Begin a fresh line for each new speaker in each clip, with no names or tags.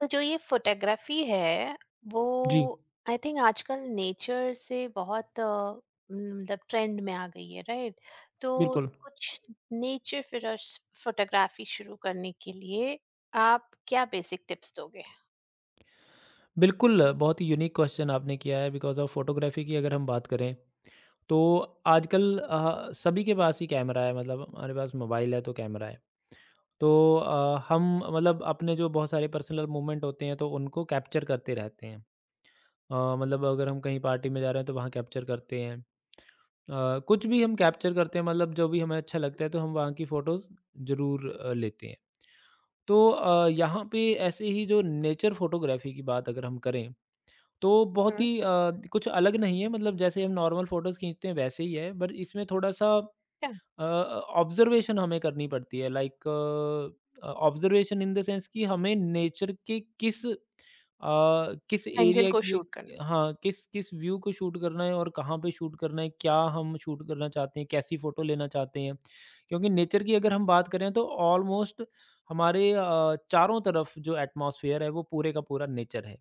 तो जो ये फोटोग्राफी है वो
जी,
आई थिंक आजकल नेचर से बहुत मतलब ट्रेंड में आ गई है राइट। तो
बिल्कुल।
कुछ नेचर फिर फोटोग्राफी शुरू करने के लिए आप क्या बेसिक टिप्स दोगे?
बिल्कुल, बहुत ही यूनिक क्वेश्चन आपने किया है बिकॉज़ ऑफ फ़ोटोग्राफ़ी की अगर हम बात करें, तो आजकल सभी के पास ही कैमरा है मतलब हमारे पास मोबाइल है तो कैमरा है। तो हम मतलब अपने जो बहुत सारे पर्सनल मोमेंट होते हैं तो उनको कैप्चर करते रहते हैं। मतलब अगर हम कहीं पार्टी में जा रहे हैं तो वहाँ कैप्चर करते हैं। कुछ भी हम कैप्चर करते हैं मतलब जो भी हमें अच्छा लगता है तो हम वहाँ की फ़ोटोज़ ज़रूर लेते हैं। तो यहाँ पे ऐसे ही जो नेचर फ़ोटोग्राफ़ी की बात अगर हम करें तो बहुत ही कुछ अलग नहीं है मतलब जैसे हम नॉर्मल फ़ोटोज़ खींचते हैं वैसे ही है, बट इसमें थोड़ा-सा अ, ऑब्ज़र्वेशन हमें करनी पड़ती है like observation in the sense कि हमें नेचर के किस
एंगल
एरिया
को
की एक
शूट करना।
हाँ, किस किस व्यू को शूट करना है और कहाँ पे शूट करना है, क्या हम शूट करना चाहते हैं, कैसी फ़ोटो लेना चाहते हैं। क्योंकि नेचर की अगर हम बात करें तो ऑलमोस्ट हमारे चारों तरफ जो एटमॉस्फेयर है वो पूरे का पूरा नेचर है।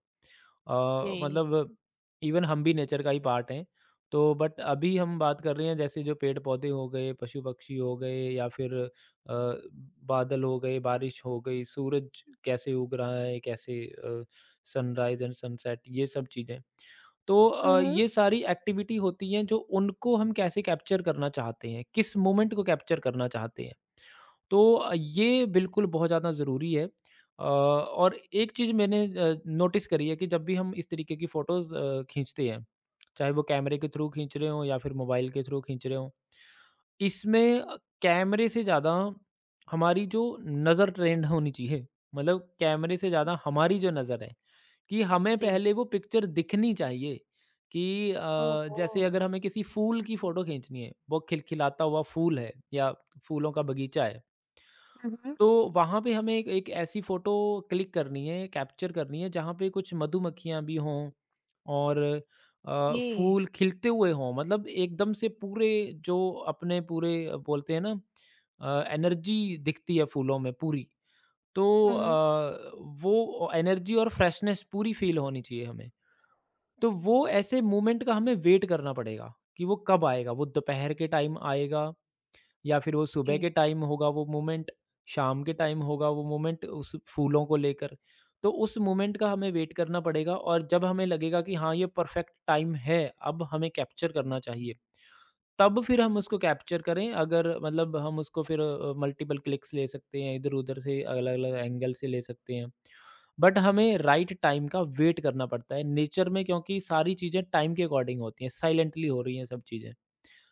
जी।
मतलब इवन हम भी नेचर का ही पार्ट हैं। तो बट अभी हम बात कर रहे हैं जैसे जो पेड़-पौधे हो गए, पशु-पक्षी हो गए या फिर अ, बादल हो गए, बारिश हो गई, सूरज कैसे उग रहा है, कैसे सनराइज़ एंड सनसेट ये सब चीज़ें। तो ये सारी एक्टिविटी होती हैं जो उनको हम कैसे कैप्चर करना चाहते हैं, किस मोमेंट को कैप्चर करना चाहते हैं। तो ये बिल्कुल बहुत ज़्यादा ज़रूरी है और एक चीज़ मैंने नोटिस करी है कि जब भी हम इस तरीके की फ़ोटोज़ खींचते हैं, चाहे वो कैमरे के थ्रू खींच रहे हों या फिर मोबाइल के थ्रू खींच रहे हों, इसमें कैमरे से ज़्यादा हमारी जो नज़र ट्रेंड होनी चाहिए, मतलब कैमरे से ज़्यादा हमारी जो नज़र है कि हमें
जी,
पहले वो पिक्चर दिखनी चाहिए कि
ओहो!
जैसे अगर हमें किसी फूल की फ़ोटो खींचनी है, वो खिलखिलाता हुआ फूल है या फूलों का बगीचा है।
Mhm.
तो वहाँ पे हमें एक एक ऐसी फ़ोटो क्लिक करनी है, कैप्चर करनी है, जहाँ पे कुछ मधुमक्खियाँ भी हों और
ये।
फूल खिलते हुए हों। मतलब एकदम से पूरे जो अपने पूरे बोलते हैं ना एनर्जी दिखती है फूलों में पूरी। तो
Mhm.
अ, वो एनर्जी और फ्रेशनेस पूरी फ़ील होनी चाहिए हमें। तो वो ऐसे मूवमेंट का हमें वेट करना पड़ेगा कि वो कब आएगा, वो दोपहर के टाइम आएगा या फिर वो सुबह
ये,
के टाइम होगा वो मोमेंट, शाम के टाइम होगा वो मोमेंट उस फूलों को लेकर। तो उस मोमेंट का हमें वेट करना पड़ेगा और जब हमें लगेगा कि हाँ, ये परफेक्ट टाइम है, अब हमें कैप्चर करना चाहिए, तब फिर हम उसको कैप्चर करें। अगर मतलब हम उसको फिर मल्टिपल क्लिक्स ले सकते हैं, इधर-उधर से अलग-अलग एंगल से ले सकते हैं। बट हमें राइट टाइम का वेट करना पड़ता है। नेचर में क्योंकि सारी चीज़ें टाइम के अकॉर्डिंग होती हैं, साइलेंटली हो रही हैं सब चीज़ें।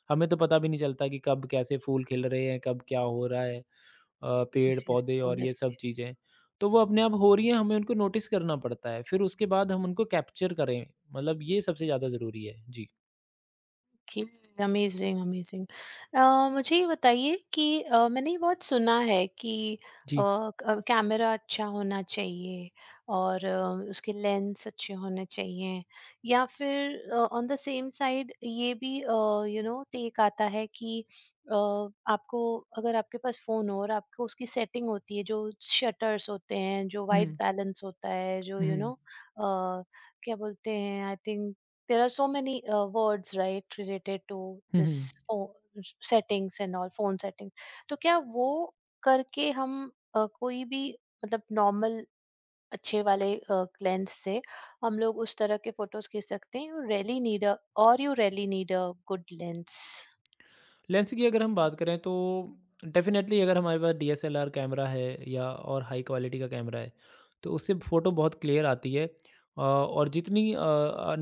हमें तो पता भी नहीं चलता कि कब कैसे फूल खिल रहे हैं, कब क्या हो रहा है।
yes, yes,
पेड़-पौधे और ये सब
obviously.
चीज़ें, तो वो अपने आप हो रही हैं, हमें उनको नोटिस करना पड़ता है। फिर उसके बाद हम उनको कैप्चर करें, मतलब ये सबसे ज़्यादा ज़रूरी है। जी।
ओके। Amazing, amazing. मुझे ये बताइए कि मैंने ये बहुत सुना है कि अ,
जी।
कैमरा अच्छा होना चाहिए और उसके लेंस अच्छे होने चाहिए, या फिर ऑन द सेम साइड ये भी यू नो टेक आता है कि अ, आपको, अगर आपके पास फोन हो और आपको उसकी सेटिंग होती है जो शटर्स होते हैं, जो
हुँ,
वाइट
हुँ।
बैलेंस होता है, जो यू you नो क्या बोलते हैं I think there are so many words right related to
hmm,
this
hmm.
phone settings and all phone settings। तो क्या वो करके हम कोई भी मतलब नॉर्मल अच्छे वाले लेंस से हम लोग उस तरह के फोटोज खींच सकते हैं? यू रियली नीड अ और you really need a good lens.
Lens की अगर हम बात करें तो डेफ़िनेटली अगर हमारे पास डीएसएलआर कैमरा है या और हाई क्वालिटी का कैमरा है तो उससे फ़ोटो बहुत क्लियर आती है और जितनी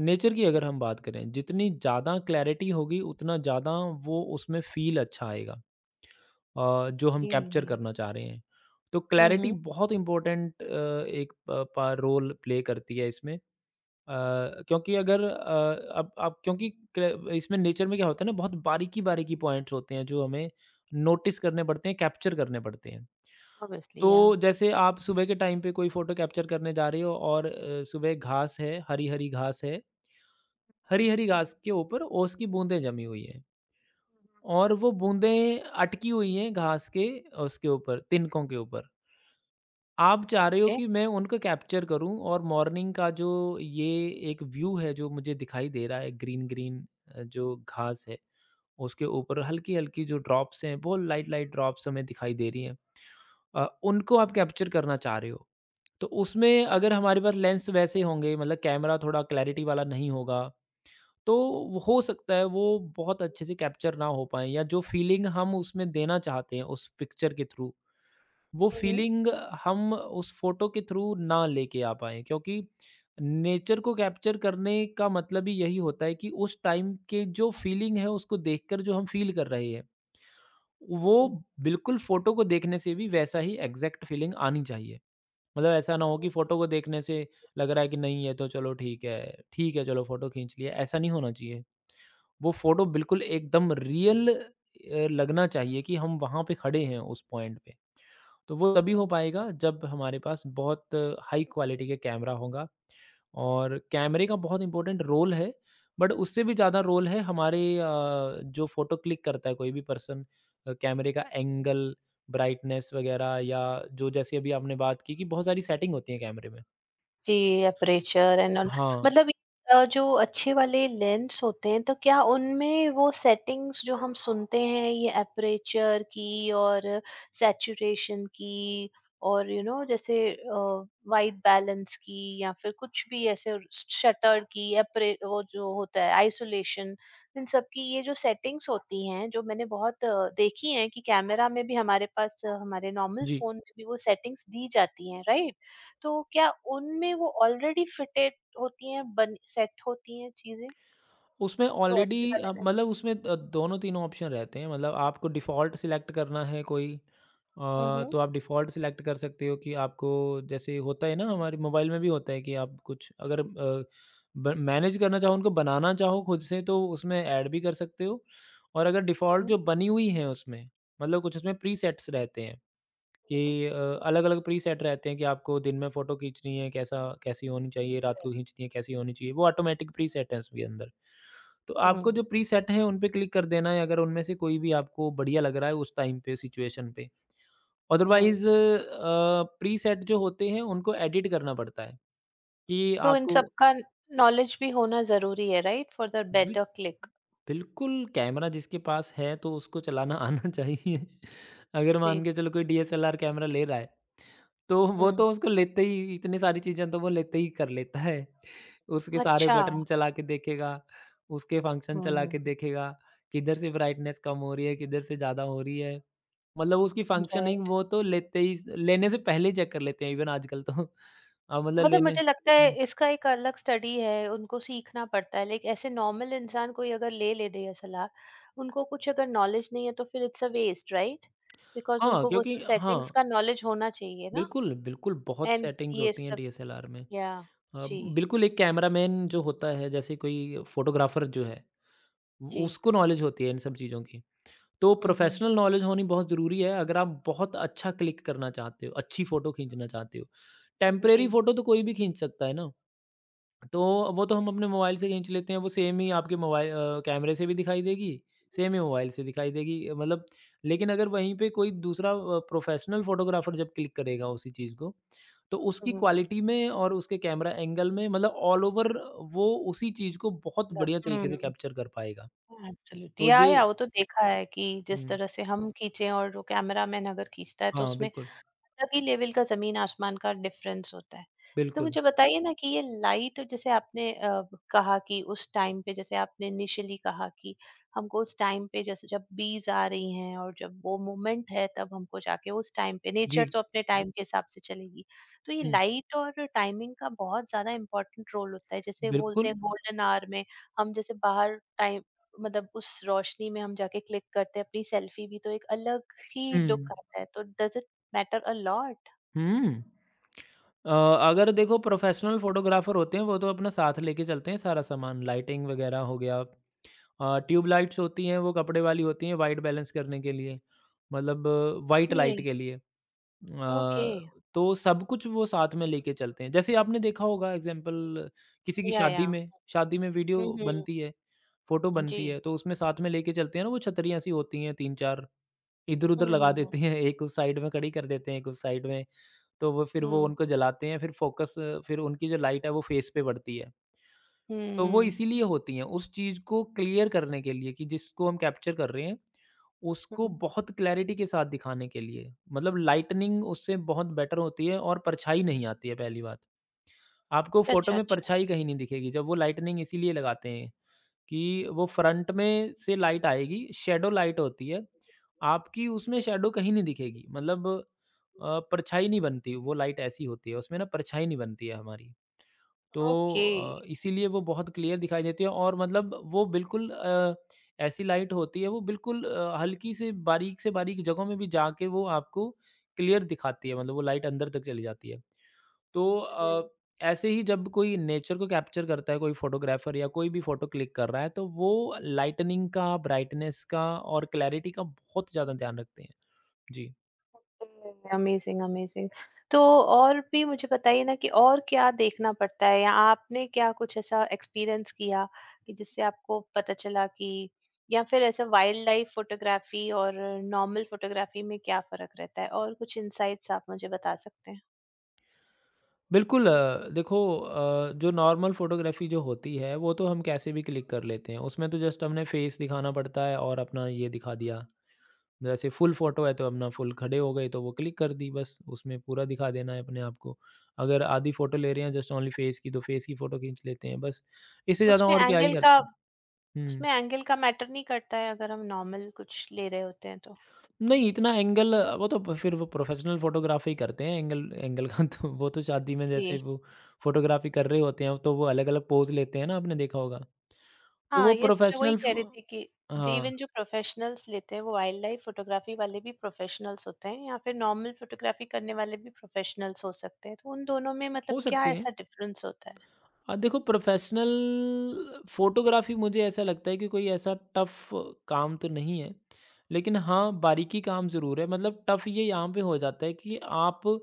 नेचर की अगर हम बात करें जितनी ज़्यादा क्लैरिटी होगी उतना ज़्यादा वो उसमें फ़ील अच्छा आएगा जो हम कैप्चर
Okay.
करना चाह रहे हैं। तो क्लैरिटी
हम्म।
बहुत इम्पोर्टेंट एक प पा रोल प्ले करती है इसमें। क्योंकि अगर अ, अब क्योंकि क इसमें नेचर में क्या होता है ना, बहुत बारीकी-बारीकी पॉइंट्स होते हैं, जो हमें नोटिस करने पड़ते हैं, कैप्चर करने पड़ते हैं।
ऑब्वियसली। या
तो जैसे आप सुबह के टाइम पे कोई फ़ोटो कैप्चर करने जा रहे हो और सुबह घास है, हरी-हरी घास है। हरी-हरी घास के ऊपर ओस की बूँदें जमी हुई हैं। और वो बूँदें अटकी हुई हैं घास के उसके ऊपर, तिनकों के ऊपर। आप चाह रहे हो
ओके।
कि मैं उनको कैप्चर करूँ और मॉर्निंग का जो ये एक व्यू है जो मुझे दिखाई दे रहा है ग्रीन-ग्रीन जो घास है, उसके ऊपर हल्की-हल्की जो ड्रॉप्स हैं, वो लाइट-लाइट ड्रॉप्स हमें दिखाई दे रही हैं। अ, उनको आप कैप्चर करना चाह रहे हो। तो उसमें अगर हमारे पास लेंस वैसे होंगे मतलब कैमरा थोड़ा क्लैरिटी वाला नहीं होगा तो वो हो सकता है वो बहुत अच्छे से कैप्चर ना हो पाए या जो फीलिंग हम उसमें देना चाहते हैं उस पिक्चर के थ्रू वो फीलिंग हम उस फोटो के थ्रू ना लेके आ पाए क्योंकि नेचर को कैप्चर करने का मतलब ही यही होता है कि उस टाइम के जो फीलिंग है उसको देखकर जो हम फील कर रहे हैं वो
Mm-hmm.
बिल्कुल फोटो को देखने से भी वैसा ही एग्जैक्ट फीलिंग आनी चाहिए मतलब ऐसा ना हो कि फोटो को देखने से लग रहा है कि नहीं है तो चलो ठीक है चलो फोटो खींच लिया ऐसा नहीं होना चाहिए वो फ़ोटो बिल्कुल एकदम रियल लगना चाहिए कि हम वहाँ पे खड़े हैं उस पॉइंट पे। तो वो तभी हो पाएगा जब हमारे पास बहुत हाई क्वालिटी के कैमरा होगा और कैमरे का बहुत इम्पोर्टेंट रोल है, बट उससे भी ज़्यादा रोल है हमारे जो फ़ोटो क्लिक करता है कोई भी पर्सन कैमरे का एंगल, ब्राइटनेस वगैरह या जो जैसे अभी आपने बात की कि बहुत सारी सेटिंग होती है कैमरे में।
जी, एपर्चर एंड ऑल।
हाँ,
मतलब जो अच्छे वाले लेंस होते हैं, तो क्या उनमें वो सेटिंग्स जो हम सुनते हैं, ये एपर्चर की और सैचुरेशन की और यू नो जैसे वाइट बैलेंस की, या फिर कुछ भी ऐसे शटर की एपरे वो जो होता है आइसोलेशन, इन सब की ये जो सेटिंग्स होती हैं, जो मैंने बहुत देखी हैं कि कैमरा में भी हमारे पास हमारे नॉर्मल
जी।
फोन में भी वो सेटिंग्स दी जाती हैं राइट। तो क्या उनमें वो ऑलरेडी फिटेड होती हैं, बन सेट होती हैं चीज़ें,
उसमें
जो
ऑलरेडी
अच्छी वाले लेंस?
मतलब उसमें दोनों तीनों ऑप्शन रहते हैं मतलब आपको डिफ़ॉल्ट सिलेक्ट करना है कोई
हुँ, हुँ।
तो आप डिफ़ॉल्ट सिलेक्ट कर सकते हो कि आपको जैसे होता है ना हमारे मोबाइल में भी होता है कि आप कुछ अगर मैनेज करना चाहो उनको बनाना चाहो खुद से तो उसमें ऐड भी कर सकते हो और अगर
हुँ,
डिफ़ॉल्ट
हुँ,
जो बनी हुई है उसमें मतलब कुछ उसमें प्रीसेट्स रहते हैं कि अलग-अलग प्रीसेट रहते हैं कि आपको दिन में फ़ोटो खींचनी है, कैसा कैसी होनी चाहिए, रात को खींचनी है, कैसी होनी चाहिए, वो ऑटोमेटिक प्रीसेट है उसके अंदर। तो
हुँ,
आपको जो प्रीसेट हैं उन पे क्लिक कर देना है अगर उनमें से कोई भी आपको बढ़िया लग रहा है उस टाइम पे सिचुएशन पे।
हुँ।
अदरवाइज़ प्रीसेट जो होते हैं उनको एडिट करना पड़ता है कि
तो इन
आपको
सब का नॉलेज भी होना ज़रूरी है right for the
bill
better click?
बिल्कुल, कैमरा जिसके पास है तो उसको चलाना आना चाहिए। अगर
जी।
मान के चलो कोई डीएसएलआर कैमरा ले रहा है, तो वो
हुँ।
तो उसको लेते ही इतनी सारी चीज़ें तो वो लेते ही कर लेता है। उसके सारे
अच्छा।
बटन चला के देखेगा, उसके फंक्शन
हुँ,
चला के
हुँ।
देखेगा, किधर से ब्राइटनेस कम हो रही है, किधर से ज़्यादा हो रही है। मतलब उसकी फंक्शनिंग
राइट।
वो तो लेते ही स लेने से पहले ही चेक कर लेते हैं इवन आजकल तो। मतलब
मतलब
लेने
मुझे लगता है
हुँ,
इसका एक अलग स्टडी है, उनको सीखना पड़ता है लाइक। ऐसे नॉर्मल इंसान कोई अगर ले ले ये सलाह, उनको कुछ अगर नॉलेज नहीं है तो फिर it's a waste right? Because
हाँ,
उनको वो
क्योंकि
सब
हाँ,
सेटिंग्स का नॉलेज होना चाहिए ना?
बिल्कुल, बिल्कुल बहुत
एंड
सेटिंग्स
ये
होती हैं
सब
डीएसएलआर में।
या
अ,
जी,
बिल्कुल एक कैमरामैन जो होता है जैसे कोई फोटोग्राफर जो है
जी।
उसको नॉलेज होती है इन सब चीज़ों की। तो
हुँ, हुँ।
प्रोफ़ेशनल नॉलेज होनी बहुत ज़रूरी है अगर आप बहुत अच्छा क्लिक करना चाहते हो, अच्छी फ़ोटो खींचना चाहते हो।
हुँ,
टेम्परेरी
जी।
फ़ोटो तो कोई भी खींच सकता है ना। तो वो तो हम अपने मोबाइल से खींच लेते हैं, वो सेम ही आपके मोबाइल कैमरे से भी दिखाई देगी, सेम ही मोबाइल से दिखाई देगी मतलब लेकिन अगर वहीं पे कोई दूसरा प्रोफ़ेशनल फ़ोटोग्राफ़र जब क्लिक करेगा उसी चीज़ को, तो उसकी
हुँ।
क्वालिटी में और उसके कैमरा एंगल में मतलब ऑल ओवर वो उसी चीज़ को बहुत
मतलब
बढ़िया तरीके से
हुँ।
कैप्चर कर पाएगा।
एब्सोल्यूटली।
तो ये
या वो तो देखा है कि जिस
हुँ,
तरह से हम खींचे और वो कैमरामैन अगर खींचता है तो
हाँ,
उसमें
बिल्कुल,
अलग ही लेवल का ज़मीन-आसमान का डिफरेंस होता है। तो
बिल्कुल।
मुझे बताइए ना कि ये लाइट, जैसे आपने कहा कि उस टाइम पे, जैसे आपने इनिशियली कहा कि हमको उस टाइम पे, जैसे जब बीज़ आ रही हैं और जब वो मोमेंट है तब हमको जाके, उस टाइम पे
जी,
नेचर तो अपने टाइम के हिसाब से चलेगी। तो ये
हुँ,
लाइट और टाइमिंग का बहुत ज़्यादा इम्पोर्टेंट रोल होता है। जैसे बोलते
बिल्कुल।
हैं गोल्डन आवर में हम, जैसे बाहर टाइम मतलब उस रोशनी में हम जाके क्लिक करते हैं अपनी सेल्फी भी, तो एक अलग ही
हुँ,
लुक आता है। तो डज़ Matter a lot.
हुँ। अ, अगर देखो प्रोफेशनल फ़ोटोग्राफ़र होते हैं वो तो अपना साथ लेके चलते हैं सारा सामान, लाइटिंग वग़ैरह हो गया। ट्यूब लाइट्स होती हैं वो कपड़े वाली होती हैं वाइट बैलेंस करने के लिए, मतलब वाइट लाइट
Hey,
के लिए। अ,
okay.
तो सब कुछ वो साथ में लेके चलते हैं। जैसे आपने देखा होगा एग्ज़ाम्पल किसी की
Yeah, yeah.
शादी में वीडियो
हम्म,
बनती है, फ़ोटो
जी।
बनती है तो उसमें साथ में लेके चलते हैं ना वो छतरियाँ सी होती हैं 3-4 इधर-उधर
हुँ,
लगा
हुँ, हुँ।
देते हैं, एक उस साइड में खड़ी कर देते हैं, एक उस साइड में। तो वो फिर वो
हुँ,
उनको जलाते हैं, फिर फ़ोकस फिर उनकी जो लाइट है वो फ़ेस पे पड़ती है।
हुँ,
तो वो
हुँ,
इसीलिए होती हैं, उस चीज़ को क्लियर करने के लिए कि जिसको हम कैप्चर कर रहे हैं, उसको
हुँ।
बहुत क्लैरिटी के साथ दिखाने के लिए। मतलब लाइटनिंग उससे बहुत बेटर होती है और परछाई नहीं आती है पहली बात। आपको फ़ोटो
अच्छा,
में
अच्छा।
परछाई कहीं नहीं दिखेगी, जब वो लाइटनिंग इसीलिए लगाते हैं। कि वो फ्रंट में से लाइट आएगी, शैडो लाइट होती है। आपकी उसमें शैडो कहीं नहीं दिखेगी मतलब परछाई नहीं बनती, वो लाइट ऐसी होती है, उसमें ना परछाई नहीं बनती है हमारी। तो
ओके।
इसीलिए वो बहुत क्लियर दिखाई देती है और मतलब वो बिल्कुल ऐसी लाइट होती है, वो बिल्कुल हल्की से बारीक जगहों में भी जाके वो आपको क्लियर दिखाती है, मतलब वो लाइट अंदर तक चली जाती है। तो
हुँ, हुँ।
अ, ऐसे ही जब कोई नेचर को कैप्चर करता है कोई फोटोग्राफर या कोई भी फोटो क्लिक कर रहा है तो वो लाइटनिंग का, ब्राइटनेस का और क्लैरिटी का बहुत ज़्यादा ध्यान रखते हैं। जी।
Amazing, amazing. तो और भी मुझे बताइए ना कि और क्या देखना पड़ता है, या आपने क्या कुछ ऐसा एक्सपीरियंस किया कि जिससे आपको पता चला कि, या फिर ऐसा वाइल्ड लाइफ फ़ोटोग्राफ़ी और नॉर्मल फ़ोटोग्राफ़ी में क्या फ़र्क रहता है? और कुछ इनसाइट्स आप मुझे बता सकते हैं?
बिल्कुल। देखो, जो नॉर्मल फोटोग्राफी जो होती है वो तो हम कैसे भी क्लिक कर लेते हैं। उसमें तो जस्ट हमने फेस दिखाना पड़ता है और अपना ये दिखा दिया। जैसे फुल फ़ोटो है तो अपना फुल खड़े हो गए तो वो क्लिक कर दी बस, उसमें पूरा दिखा देना है अपने आप को। अगर आधी फ़ोटो ले रहे हैं जस्ट ओनली फ़ेस की, तो फ़ेस की फ़ोटो खींच लेते हैं बस। इससे ज़्यादा
उसमें
और क्या ही
एंगल
कर।
का
हुँ।
उसमें एंगल का मैटर नहीं करता है अगर हम नॉर्मल कुछ ले रहे होते हैं तो।
नहीं इतना एंगल वो तो प फिर वो प्रोफ़ेशनल फ़ोटोग्राफ़ी करते हैं। एंगल एंगल का तो वो तो शादी में जैसे
जी।
वो फ़ोटोग्राफ़ी कर रहे होते हैं तो वो अलग-अलग पोज़ लेते हैं ना आपने देखा होगा। तो वो
हाँ, येस, मैं वही
प्रोफ़ेशनल
कह रही
फ़ो
थी कि जी,
हाँ,
इवन जो प्रोफ़ेशनल्स लेते हैं वो वाइल्ड लाइफ़ फ़ोटोग्राफ़ी वाले भी प्रोफ़ेशनल्स होते हैं, या फिर नॉर्मल फ़ोटोग्राफ़ी करने वाले भी प्रोफ़ेशनल्स हो सकते हैं। तो उन दोनों में
हो
मतलब क्या
सकती हैं।
ऐसा डिफ़रेंस होता है?
देखो, प्रोफ़ेशनल फ़ोटोग्राफ़ी मुझे ऐसा लगता है कि कोई ऐसा टफ़ काम तो नहीं है। लेकिन हाँ, बारीकी काम ज़रूर है। मतलब टफ़ ये यहाँ पे हो जाता है कि आप अ,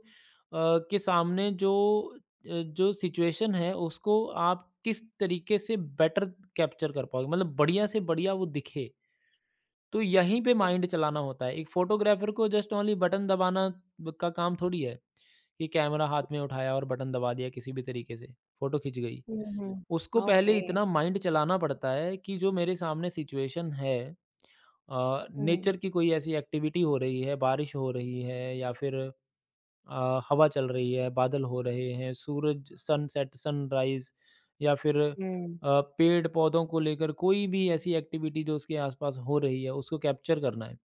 के सामने जो अ, जो सिचुएशन है उसको आप किस तरीके से बेटर कैप्चर कर पाओगे, मतलब बढ़िया से बढ़िया वो दिखे। तो यहीं पे
हुँ,
माइंड चलाना होता है। एक फ़ोटोग्राफ़र को जस्ट ओनली बटन दबाना ब का काम थोड़ी है, कि कैमरा हाथ में उठाया और बटन दबा दिया किसी भी तरीके से, फ़ोटो खिंच गई।
हुँ, हुँ।
उसको
ओके।
पहले इतना माइंड चलाना पड़ता है कि जो मेरे सामने सिचुएशन है,
हुँ।
नेचर की कोई ऐसी एक्टिविटी हो रही है, बारिश हो रही है या फिर हवा चल रही है, बादल हो रहे हैं, सूरज सनसेट, सनराइज़ या फिर
हुँ,
पेड़-पौधों को लेकर कोई भी ऐसी एक्टिविटी जो उसके आसपास हो रही है, उसको कैप्चर करना है।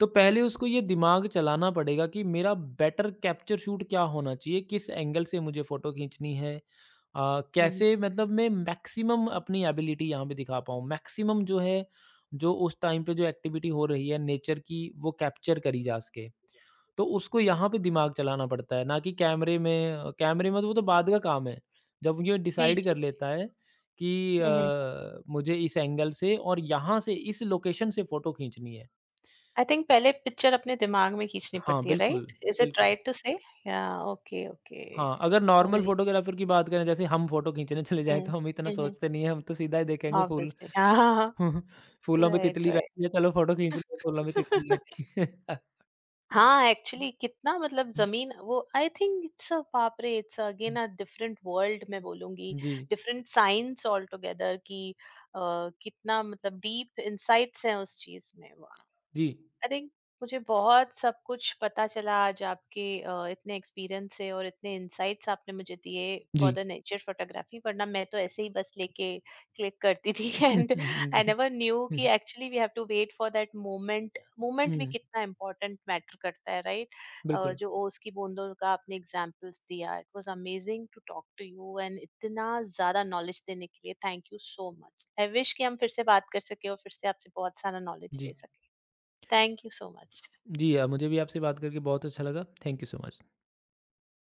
तो पहले उसको ये दिमाग चलाना पड़ेगा कि मेरा बेटर कैप्चर शूट क्या होना चाहिए, किस एंगल से मुझे फ़ोटो खींचनी है।
हुँ।
कैसे मतलब मैं मैक्सिमम अपनी एबिलिटी यहाँ पे दिखा पाऊँ, मैक्सिमम जो है, जो उस टाइम पे जो एक्टिविटी हो रही है नेचर की, वो कैप्चर करी जा सके। तो उसको यहाँ पे दिमाग चलाना पड़ता है, ना कि कैमरे में तो वो तो बाद का काम है। जब ये
जी,
डिसाइड
जी,
कर
जी।
लेता है कि
हुँ, हुँ।
मुझे इस एंगल से और यहाँ से, इस लोकेशन से फ़ोटो खींचनी है।
आई थिंक पहले पिक्चर अपने दिमाग में खींचनी
हाँ,
पड़ती है
बिल्कुल,
राइट? इज़ इट
बिल्कुल।
Right to say? या ओके, ओके।
हाँ, अगर नॉर्मल
हुँ,
फ़ोटोग्राफ़र की बात करें, जैसे हम फ़ोटो खींचने चले जाएँ, तो
हुँ,
हम इतना
हुँ।
सोचते नहीं हैं, हम तो सीधा ही देखेंगे फूल
ऑब्वियसली हाँ, हाँ, हाँ।
फूलों पे
राइट,
तितली
राइट।
बैठी है, चलो फ़ोटो खींच लें, फूलों पे तितली बैठी है।
हाँ, एक्चुअली कितना मतलब ज़मीन वो आई थिंक इट्स अ बाप रे! It's again a different world मैं बोलूँगी,
जी,
डिफरेंट साइंस ऑल टुगेदर कि अ, कितना मतलब डीप इनसाइट्स हैं उस चीज़ में। आई
जी, जी।
थिंक मुझे बहुत सब कुछ पता चला आज आपके इतने एक्सपीरियंस से और इतने इंसाइट्स आपने मुझे दिए फॉर द नेचर फोटोग्राफी, वरना मैं तो ऐसे ही बस लेके क्लिक करती थी। एंड आई
जी।
नेवर न्यू कि
हुँ,
actually we have to wait for that moment moment. भी
हुँ,
कितना इम्पोर्टेंट मैटर करता है राइट right?
बिल्कुल।
जो ओस की बूंदों का आपने एग्जाम्पल्स दिया, it was amazing to talk to you and इतना ज़्यादा नॉलेज देने के लिए thank you so much. I wish कि हम फिर से बात कर सके और फिर से आपसे बहुत सारा नॉलेज
जी,
ले सके। Thank you so much.
जी, मुझे भी आपसे बात करके बहुत अच्छा लगा। Thank you so much.